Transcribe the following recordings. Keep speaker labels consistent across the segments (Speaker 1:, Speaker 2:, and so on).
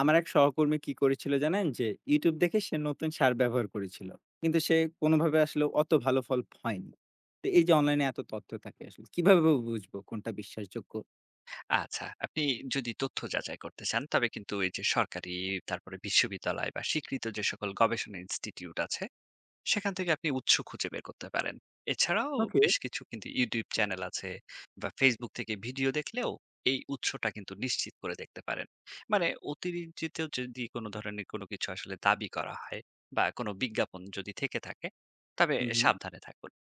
Speaker 1: আমার এক সহকর্মী কি করেছিল জানেন? যে YouTube দেখে সে নতুন সার ব্যবহার করেছিল। কিন্তু সে কোনোভাবে আসলে অত ভালো ফল হয়নি। তো এই যে অনলাইনে এত তথ্য থাকে আসলে কিভাবে বুঝবো কোনটা বিশ্বাসযোগ্য?
Speaker 2: আচ্ছা, আপনি যদি তথ্য যাচাই করতে চান তবে কিন্তু এই যে সরকারি তারপরে বিশ্ববিদ্যালয় বা স্বীকৃত যে সকল গবেষণা ইনস্টিটিউট আছে সেখান থেকে আপনি উৎস খুঁজে বের করতে পারেন। এছাড়াও
Speaker 1: ওকে।
Speaker 2: বেশ কিছু কিন্তু YouTube চ্যানেল আছে বা Facebook থেকে ভিডিও দেখলেও এই উৎসটা কিন্তু নিশ্চিত করে দেখতে পারেন। মানে অতিরঞ্জিত যদি কোনো ধরনের কোনো কিছু আসলে দাবি করা হয় বা কোনো বিজ্ঞাপন যদি থেকে থাকে তবে
Speaker 1: হুম, হুম।
Speaker 2: সাবধানে থাকুন।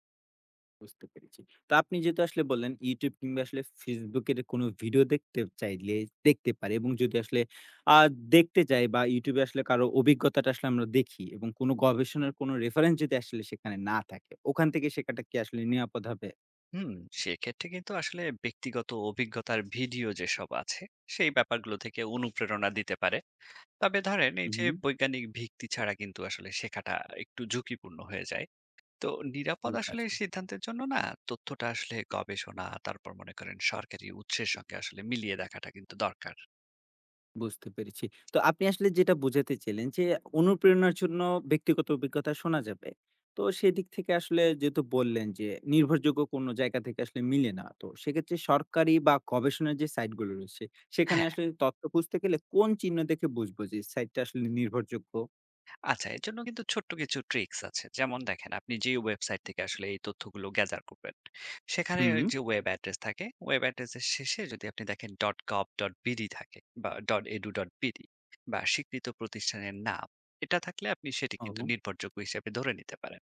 Speaker 1: বুঝতে পেরেছি। তো আপনি যেহেতু আসলে বললেন YouTube কিংবা আসলে Facebook এর কোনো ভিডিও দেখতে চাইলে দেখতে পারি এবং যদি আসলে আ দেখতে যাই বা YouTube এ আসলে কারো অভিজ্ঞতাটা আসলে আমরা দেখি এবং কোনো গবেষণার কোনো রেফারেন্স যদি আসলে সেখানে না থাকে, ওখান থেকে শেখাটা কি আসলে নিরাপদ হবে?
Speaker 2: হুম, সেক্ষেত্রে কিন্তু আসলে ব্যক্তিগত অভিজ্ঞতার ভিডিও যেসব আছে সেই ব্যাপারগুলো থেকে অনুপ্রেরণা দিতে পারে, তবে ধরেন এই
Speaker 1: হুম,
Speaker 2: যে
Speaker 1: হুম।
Speaker 2: বৈজ্ঞানিক ভিত্তি ছাড়া কিন্তু আসলে শেখাটা একটু ঝুঁকিপূর্ণ হয়ে যায়। তো নিরাপদ
Speaker 1: ঠিক
Speaker 2: আসলে
Speaker 1: আছে।
Speaker 2: সিদ্ধান্তের জন্য না, তথ্যটা আসলে গবেষণা তারপর মনে করেন সরকারি উৎসের সঙ্গে আসলে মিলিয়ে দেখাটা কিন্তু দরকার।
Speaker 1: বুঝতে পেরেছি। তো আপনি আসলে যেটা বোঝাতে চাইলেন যে, অনুপ্রেরণার জন্য ব্যক্তিগত অভিজ্ঞতা শোনা যাবে। তো সেদিক থেকে আসলে যেহেতু বললেন যে, নির্ভরযোগ্য কোনো জায়গা থেকে আসলে মিলে না। তো সেক্ষেত্রে সরকারি বা গবেষণার যে সাইট গুলো রয়েছে, সেখানে আসলে তথ্য খুঁজতে গেলে কোন চিহ্ন দেখে বুঝবো যে সাইটটা আসলে নির্ভরযোগ্য?
Speaker 2: আচ্ছা, এর জন্য কিন্তু ছোট্ট কিছু ট্রিক্স আছে। যেমন দেখেন, আপনি যে ওয়েবসাইট থেকে আসলে এই তথ্যগুলো গেদার করবেন, সেখানে
Speaker 1: হুম।
Speaker 2: যে ওয়েব অ্যাড্রেস থাকে, ওয়েব অ্যাড্রেসের শেষে যদি আপনি দেখেন .gov.bd থাকে বা .edu.bd বা স্বীকৃত প্রতিষ্ঠানের নাম, এটা থাকলে আপনি সেটি কিন্তু
Speaker 1: ও।
Speaker 2: নির্ভরযোগ্য হিসেবে ধরে নিতে পারেন।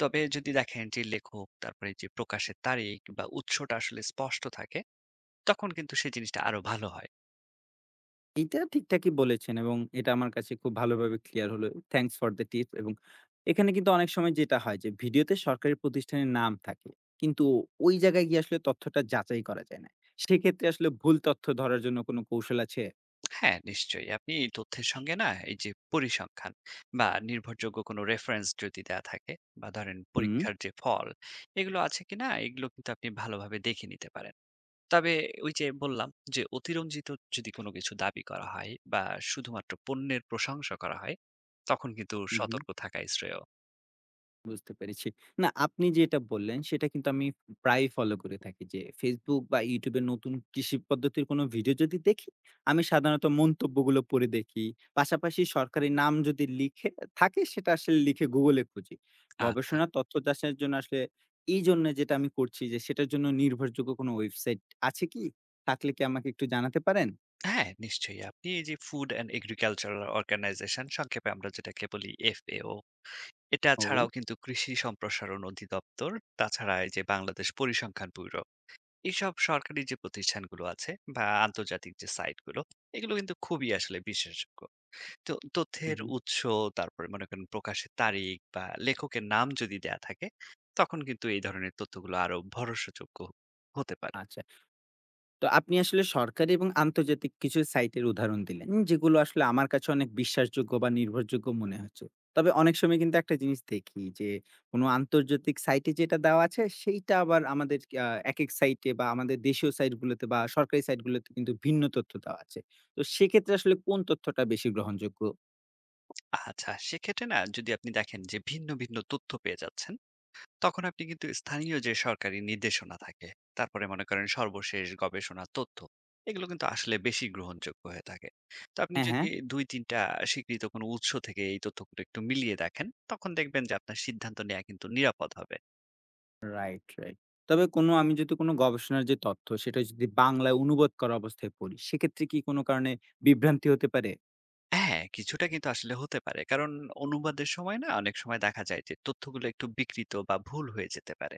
Speaker 2: তবে যদি দেখেন যে লেখক, তারপরে যে প্রকাশের তারিখ বা উৎসটা আসলে স্পষ্ট থাকে, তখন কিন্তু সেই জিনিসটা আরো ভালো হয়।
Speaker 1: এইটা ঠিকঠাকই বলেছেন এবং এটা আমার কাছে খুব ভালোভাবে ক্লিয়ার হলো। থ্যাংকস ফর দ্য টিপস এবং এখানে কিন্তু অনেক সময় যেটা হয় যে ভিডিওতে সরকারি প্রতিষ্ঠানের নাম থাকে। কিন্তু ওই জায়গায় গিয়ে আসলে তথ্যটা যাচাই করা যায় না। সেক্ষেত্রে আসলে ভুল তথ্য ধরার জন্য কোনো কৌশল আছে?
Speaker 2: হ্যাঁ, নিশ্চয়ই আপনি এই তথ্যের সঙ্গে না এই যে পরিসংখ্যান বা নির্ভরযোগ্য কোনো রেফারেন্স যদি দেয়া থাকে বা ধরেন
Speaker 1: হুম,
Speaker 2: পরীক্ষার যে ফল এগুলো আছে কিনা এগুলো কিন্তু আপনি ভালোভাবে দেখে নিতে পারেন। তবে ওই যে বললাম যে অতিরঞ্জিত যদি কোনো কিছু দাবি করা হয় বা শুধুমাত্র পণ্যের প্রশংসা করা হয় তখন কিন্তু
Speaker 1: হু, হু।
Speaker 2: সতর্ক থাকাই শ্রেয়।
Speaker 1: বুঝতে পেরেছি। না আপনি যেটা বললেন সেটা কিন্তু আমি প্রায়ই ফলো করে থাকি যে Facebook বা YouTube এর নতুন কৃষি পদ্ধতির কোনো ভিডিও যদি দেখি, আমি সাধারণত মন্তব্যগুলো পড়ে দেখি। পাশাপাশি সরকারি নাম যদি লিখে থাকে সেটা আসলে লিখে Google এ খুঁজি।
Speaker 2: আচ্ছা,
Speaker 1: গবেষণা তথ্য যাচাইয়ের জন্য আসলে এই জন্য যেটা আমি করছি যে সেটার জন্য নির্ভরযোগ্য কোনো ওয়েবসাইট আছে কি? থাকলে কি আমাকে একটু জানাতে পারেন?
Speaker 2: হ্যাঁ নিশ্চয়ই আপনি এই যে ফুড অ্যান্ড এগ্রিকালচারাল অর্গানাইজেশন, সংক্ষেপে আমরা যেটাকে বলি এফএও, এটা ছাড়াও
Speaker 1: ও,
Speaker 2: কিন্তু কৃষি সম্প্রসারণ অধিদপ্তর, তাছাড়া এই যে বাংলাদেশ পরিসংখ্যান ব্যুরো, এইসব সরকারি যে প্রতিষ্ঠানগুলো আছে বা আন্তর্জাতিক যে সাইটগুলো এগুলো কিন্তু খুবই আসলে বিশেষজ্ঞ তো
Speaker 1: হু,
Speaker 2: তথ্যের
Speaker 1: হু।
Speaker 2: উৎস। তারপরে মনে করেন প্রকাশের তারিখ বা লেখকের নাম যদি দেয়া থাকে তখন কিন্তু এই ধরনের তথ্যগুলো আরো ভরসাযোগ্য হতে পারে।
Speaker 1: আচ্ছা। তো আপনি আসলে সরকারি এবং আন্তর্জাতিক কিছু সাইটের উদাহরণ দিলেন যেগুলো আসলে আমার কাছে অনেক বিশ্বাসযোগ্য বা নির্ভরযোগ্য মনে হচ্ছে। তবে অনেক সময় কিন্তু একটা জিনিস দেখি যে কোনো আন্তর্জাতিক সাইটে যেটা দেওয়া আছে সেইটা আবার আমাদের একেক সাইটে বা আমাদের দেশীয় সাইটগুলোতে বা সরকারি সাইটগুলোতে কিন্তু ভিন্ন তথ্য দেওয়া আছে। তো সেক্ষেত্রে আসলে কোন তথ্যটা বেশি গ্রহণযোগ্য?
Speaker 2: আচ্ছা, সেক্ষেত্রে না যদি আপনি দেখেন যে ভিন্ন ভিন্ন তথ্য পেয়ে যাচ্ছেন তখন আপনি কিন্তু স্থানীয় যে সরকারি নির্দেশনা থাকে তারপরে মনে করেন সর্বশেষ গবেষণার তথ্য এগুলো কিন্তু আসলে বেশি গ্রহণযোগ্য হয়ে থাকে। তো আপনি
Speaker 1: হ্যাঁ, হ্যাঁ।
Speaker 2: যদি দুই তিনটা স্বীকৃত কোনো উৎস থেকে এই তথ্যগুলো একটু মিলিয়ে দেখেন তখন দেখবেন যে আপনার সিদ্ধান্ত নেওয়া কিন্তু নিরাপদ হবে।
Speaker 1: Right, right. তবে কোনো আমি যদি কোনো গবেষণার যে তথ্য সেটা যদি বাংলায় অনুবাদ করা অবস্থায় পড়ি সেক্ষেত্রে কি কোনো কারণে বিভ্রান্তি হতে পারে?
Speaker 2: হ্যাঁ, কিছুটা কিন্তু আসলে হতে পারে কারণ অনুবাদের সময় না অনেক সময় দেখা যায় যে তথ্যগুলো একটু বিকৃত বা ভুল হয়ে যেতে পারে,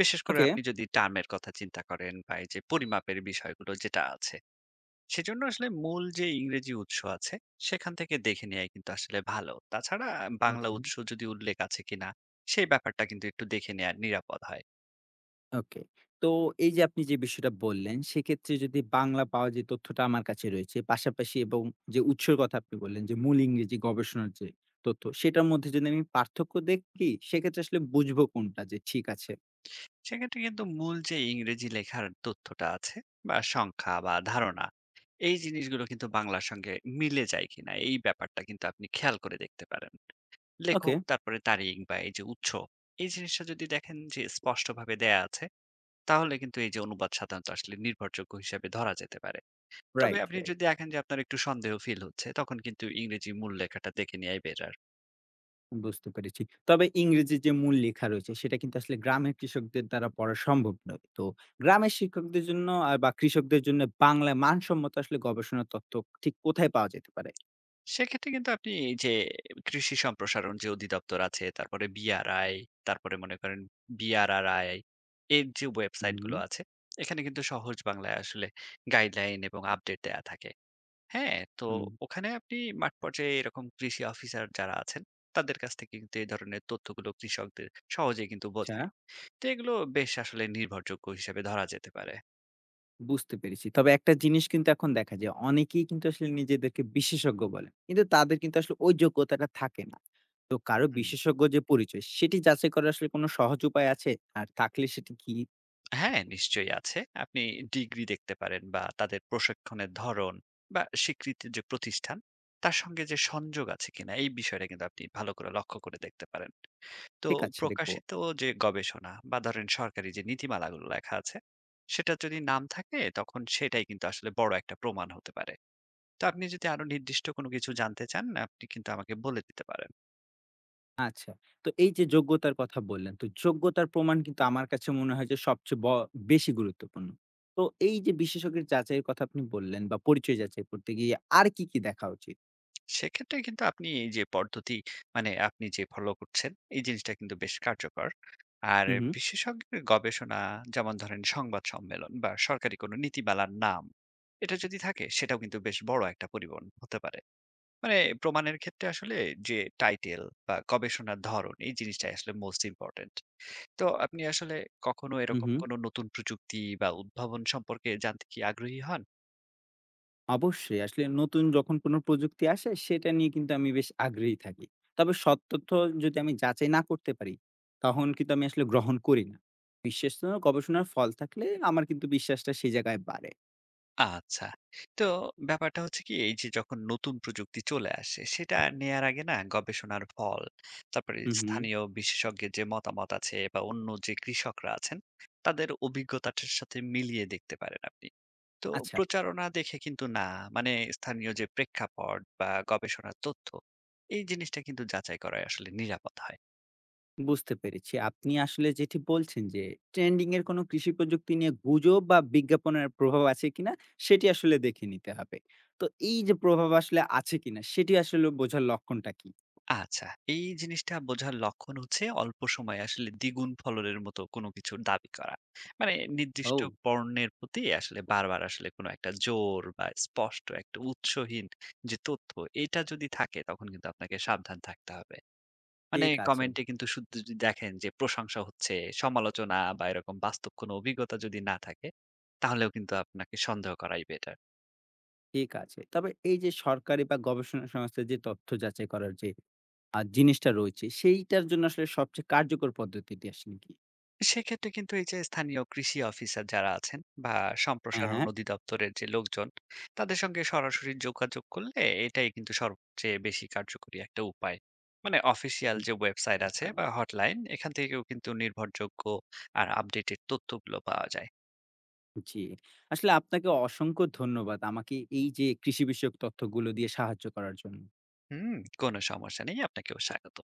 Speaker 2: বিশেষ করে
Speaker 1: ওকে।
Speaker 2: আপনি যদি টার্মের কথা চিন্তা করেন বা এই যে পরিমাপের বিষয়গুলো যেটা আছে। সেজন্য আসলে মূল যে ইংরেজি উৎস আছে সেখান থেকে দেখে নেওয়াই কিন্তু আসলে ভালো। তাছাড়া বাংলা
Speaker 1: ওকে।
Speaker 2: উৎস যদি উল্লেখ আছে কিনা সেই ব্যাপারটা কিন্তু একটু দেখে নেয়া নিরাপদ হয়।
Speaker 1: ওকে। তো এই যে আপনি যে বিষয়টা বললেন, সেক্ষেত্রে যদি বাংলা পাওয়া যে তথ্যটা আমার কাছে রয়েছে, পাশাপাশি এবং যে উৎসের কথা আপনি বললেন যে মূল ইংরেজি গবেষণার যে তথ্য, সেটার মধ্যে যদি আমি পার্থক্য দেখি, সেক্ষেত্রে আসলে বুঝবো কোনটা যে ঠিক আছে।
Speaker 2: সেক্ষেত্রে কিন্তু মূল যে ইংরেজি লেখার তথ্যটা আছে বা সংখ্যা বা ধারণা এই জিনিসগুলো কিন্তু বাংলার সঙ্গে মিলে যায় কিনা এই ব্যাপারটা কিন্তু আপনি খেয়াল করে দেখতে পারেন।
Speaker 1: ওকে,
Speaker 2: লেখক তারপরে তারিখ বা এই যে উৎস এই জিনিসটা যদি দেখেন যে স্পষ্টভাবে দেয়া আছে তাহলে কিন্তু এই যে অনুবাদ সাধারণত আসলে নির্ভরযোগ্য হিসেবে ধরা যেতে পারে। তবে
Speaker 1: রাইট,
Speaker 2: আপনি
Speaker 1: রাইট।
Speaker 2: যদি দেখেন যে আপনার একটু সন্দেহ ফিল হচ্ছে, তখন কিন্তু ইংরেজি মূল লেখাটা দেখে নেয়াই বেটার।
Speaker 1: বুঝতে পেরেছি। তবে ইংরেজি যে মূল লেখা রয়েছে, সেটা কিন্তু আসলে গ্রামের কৃষকদের দ্বারা পড়া সম্ভব নয়। তো গ্রামের শিক্ষকদের জন্য বা কৃষকদের জন্য বাংলায় মানসম্মত আসলে গবেষণার তথ্য ঠিক কোথায় পাওয়া যেতে পারে?
Speaker 2: সেক্ষেত্রে কিন্তু আপনি এই যে কৃষি সম্প্রসারণ যে অধিদপ্তর আছে, তারপরে BRI, তারপরে মনে করেন BRRI এর যে ওয়েবসাইট
Speaker 1: হুম,
Speaker 2: গুলো আছে, এখানে কিন্তু সহজ বাংলায় আসলে গাইডলাইন এবং আপডেট দেয়া থাকে। হ্যাঁ? তো
Speaker 1: হুম।
Speaker 2: ওখানে আপনি মাঠ পর্যায়ে এরকম কৃষি অফিসার যারা আছেন, তাদের কাছ থেকে কিন্তু এই ধরনের তথ্যগুলো কৃষকদের সহজেই কিন্তু
Speaker 1: আচ্ছা।
Speaker 2: বোঝায়। তো এগুলো বেশ আসলে নির্ভরযোগ্য হিসেবে ধরা যেতে পারে।
Speaker 1: বুঝতে পেরেছি। তবে একটা জিনিস কিন্তু এখন দেখা যায় অনেকেই কিন্তু আসলে নিজেদেরকে বিশেষজ্ঞ বলেন। কিন্তু তাদের কিন্তু আসলে ওই যোগ্যতাটা থাকে না। তো কারো
Speaker 2: হুম।
Speaker 1: বিশেষজ্ঞ যে পরিচয় সেটি যাচাই করার আসলে কোনো সহজ উপায় আছে? আর থাকলে সেটি কি?
Speaker 2: হ্যাঁ, নিশ্চয়ই আছে। আপনি ডিগ্রি দেখতে পারেন বা তাদের প্রশিক্ষণের ধরন বা স্বীকৃতির যে প্রতিষ্ঠান, তার সঙ্গে যে সংযোগ আছে কিনা এই বিষয়টা কিন্তু আপনি ভালো করে লক্ষ্য করে দেখতে পারেন। তো
Speaker 1: ঠিক আছে দেখব।
Speaker 2: প্রকাশিত যে গবেষণা বা ধরেন সরকারি যে নীতিমালাগুলো লেখা আছে, সেটা যদি নাম থাকে তখন সেটাই কিন্তু আসলে বড় একটা প্রমাণ হতে পারে। তো আপনি যদি আরো নির্দিষ্ট কোনো কিছু জানতে চান, আপনি কিন্তু আমাকে বলে দিতে পারেন।
Speaker 1: আচ্ছা। তো এই যে যোগ্যতার কথা বললেন, তো যোগ্যতার প্রমাণ কিন্তু আমার কাছে মনে হয় যে সবচেয়ে বেশি গুরুত্বপূর্ণ। তো এই যে বিশেষজ্ঞের যাচাইয়ের কথা আপনি বললেন বা পরিচয় যাচাই করতে গিয়ে আর কি, কি দেখা উচিত?
Speaker 2: সেক্ষেত্রে কিন্তু আপনি এই যে পদ্ধতি, মানে আপনি যে ফলো করছেন এই জিনিসটা কিন্তু বেশ কার্যকর। আর
Speaker 1: হু, হু।
Speaker 2: বিশেষজ্ঞের গবেষণা যেমন ধরেন সংবাদ সম্মেলন বা সরকারি কোনো নীতিমালার নাম এটা যদি থাকে সেটাও কিন্তু বেশ বড় একটা পরিবহন হতে পারে। মানে প্রমাণের ক্ষেত্রে আসলে যে টাইটেল বা গবেষণার ধরন এই জিনিসটাই আসলে মোস্ট ইম্পোর্টেন্ট। তো আপনি আসলে কখনো
Speaker 1: হু,
Speaker 2: এরকম
Speaker 1: হু।
Speaker 2: কোনো নতুন প্রযুক্তি বা উদ্ভাবন সম্পর্কে জানতে কি আগ্রহী হন?
Speaker 1: অবশ্যই। আসলে নতুন যখন কোনো প্রযুক্তি আসে সেটা নিয়ে কিন্তু আমি বেশ আগ্রহী থাকি। তবে সৎ তথ্য যদি আমি যাচাই না করতে পারি, তখন কিন্তু আমি আসলে গ্রহণ করি না। বিশ্বস্ত গবেষণার ফল থাকলে আমার কিন্তু বিশ্বাসটা সেই জায়গায় বাড়ে।
Speaker 2: আচ্ছা। তো ব্যাপারটা হচ্ছে কি এই যে যখন নতুন প্রযুক্তি চলে আসে সেটা নেয়ার আগে না গবেষণার ফল, তারপরে
Speaker 1: হুম, হুম।
Speaker 2: স্থানীয় বিশেষজ্ঞের যে মতামত আছে বা অন্য যে কৃষকরা আছেন তাদের অভিজ্ঞতাটার সাথে মিলিয়ে দেখতে পারেন আপনি। তো
Speaker 1: আচ্ছা,
Speaker 2: প্রচারণা দেখে কিন্তু না, মানে স্থানীয় যে প্রেক্ষাপট বা গবেষণার তথ্য এই জিনিসটা কিন্তু যাচাই করাই আসলে নিরাপদ হয়।
Speaker 1: বুঝতে পেরেছি। আপনি আসলে যেটি বলছেন যে ট্রেন্ডিং এর কোনো কৃষি প্রযুক্তি নিয়ে গুজব বা বিজ্ঞাপনের প্রভাব আছে কিনা সেটি আসলে দেখে নিতে হবে। তো এই যে প্রভাব আসলে আছে কিনা সেটি আসলে বোঝার লক্ষণটা কি?
Speaker 2: আচ্ছা, এই জিনিসটা বোঝার লক্ষণ হচ্ছে অল্প সময়ে আসলে দ্বিগুণ ফলনের মতো কোনো কিছুর দাবি করা। মানে নির্দিষ্ট
Speaker 1: ও!
Speaker 2: পণ্যের প্রতি আসলে বারবার আসলে কোনো একটা জোর বা স্পষ্ট একটা উৎসহীন যে তথ্য, এটা যদি থাকে তখন কিন্তু আপনাকে সাবধান থাকতে হবে। মানে
Speaker 1: ঠিক আছে।
Speaker 2: কমেন্টে কিন্তু শুধু যদি দেখেন যে প্রশংসা হচ্ছে, সমালোচনা বা এরকম বাস্তব কোনো অভিজ্ঞতা যদি না থাকে, তাহলেও কিন্তু আপনাকে সন্দেহ করাই বেটার।
Speaker 1: ঠিক আছে। তবে এই যে সরকারি বা গবেষণা সংস্থা যে তথ্য যাচাই করার যে জিনিসটা রয়েছে, সেইটার জন্য আসলে সবচেয়ে কার্যকর পদ্ধতিটি আসলে কি?
Speaker 2: সেক্ষেত্রে কিন্তু এই যে স্থানীয় কৃষি অফিসার যারা আছেন বা সম্প্রসারণ
Speaker 1: হ্যাঁ,
Speaker 2: অধিদপ্তরের যে লোকজন তাদের সঙ্গে সরাসরি যোগাযোগ করলে এটাই কিন্তু সবচেয়ে বেশি কার্যকরী একটা উপায়। মানে অফিসিয়াল যে ওয়েবসাইট
Speaker 1: বুঝতে
Speaker 2: আছে বা
Speaker 1: পারলাম।
Speaker 2: হটলাইন এখান থেকেও কিন্তু নির্ভরযোগ্য আর আপডেটেড তথ্যগুলো পাওয়া যায়।
Speaker 1: জি। আসলে আপনাকে অসংখ্য ধন্যবাদ। আমাকে এই যে কৃষি বিষয়ক তথ্যগুলো দিয়ে সাহায্য করার জন্য।
Speaker 2: হুম, কোনো সমস্যা নেই, আপনাকেও স্বাগত।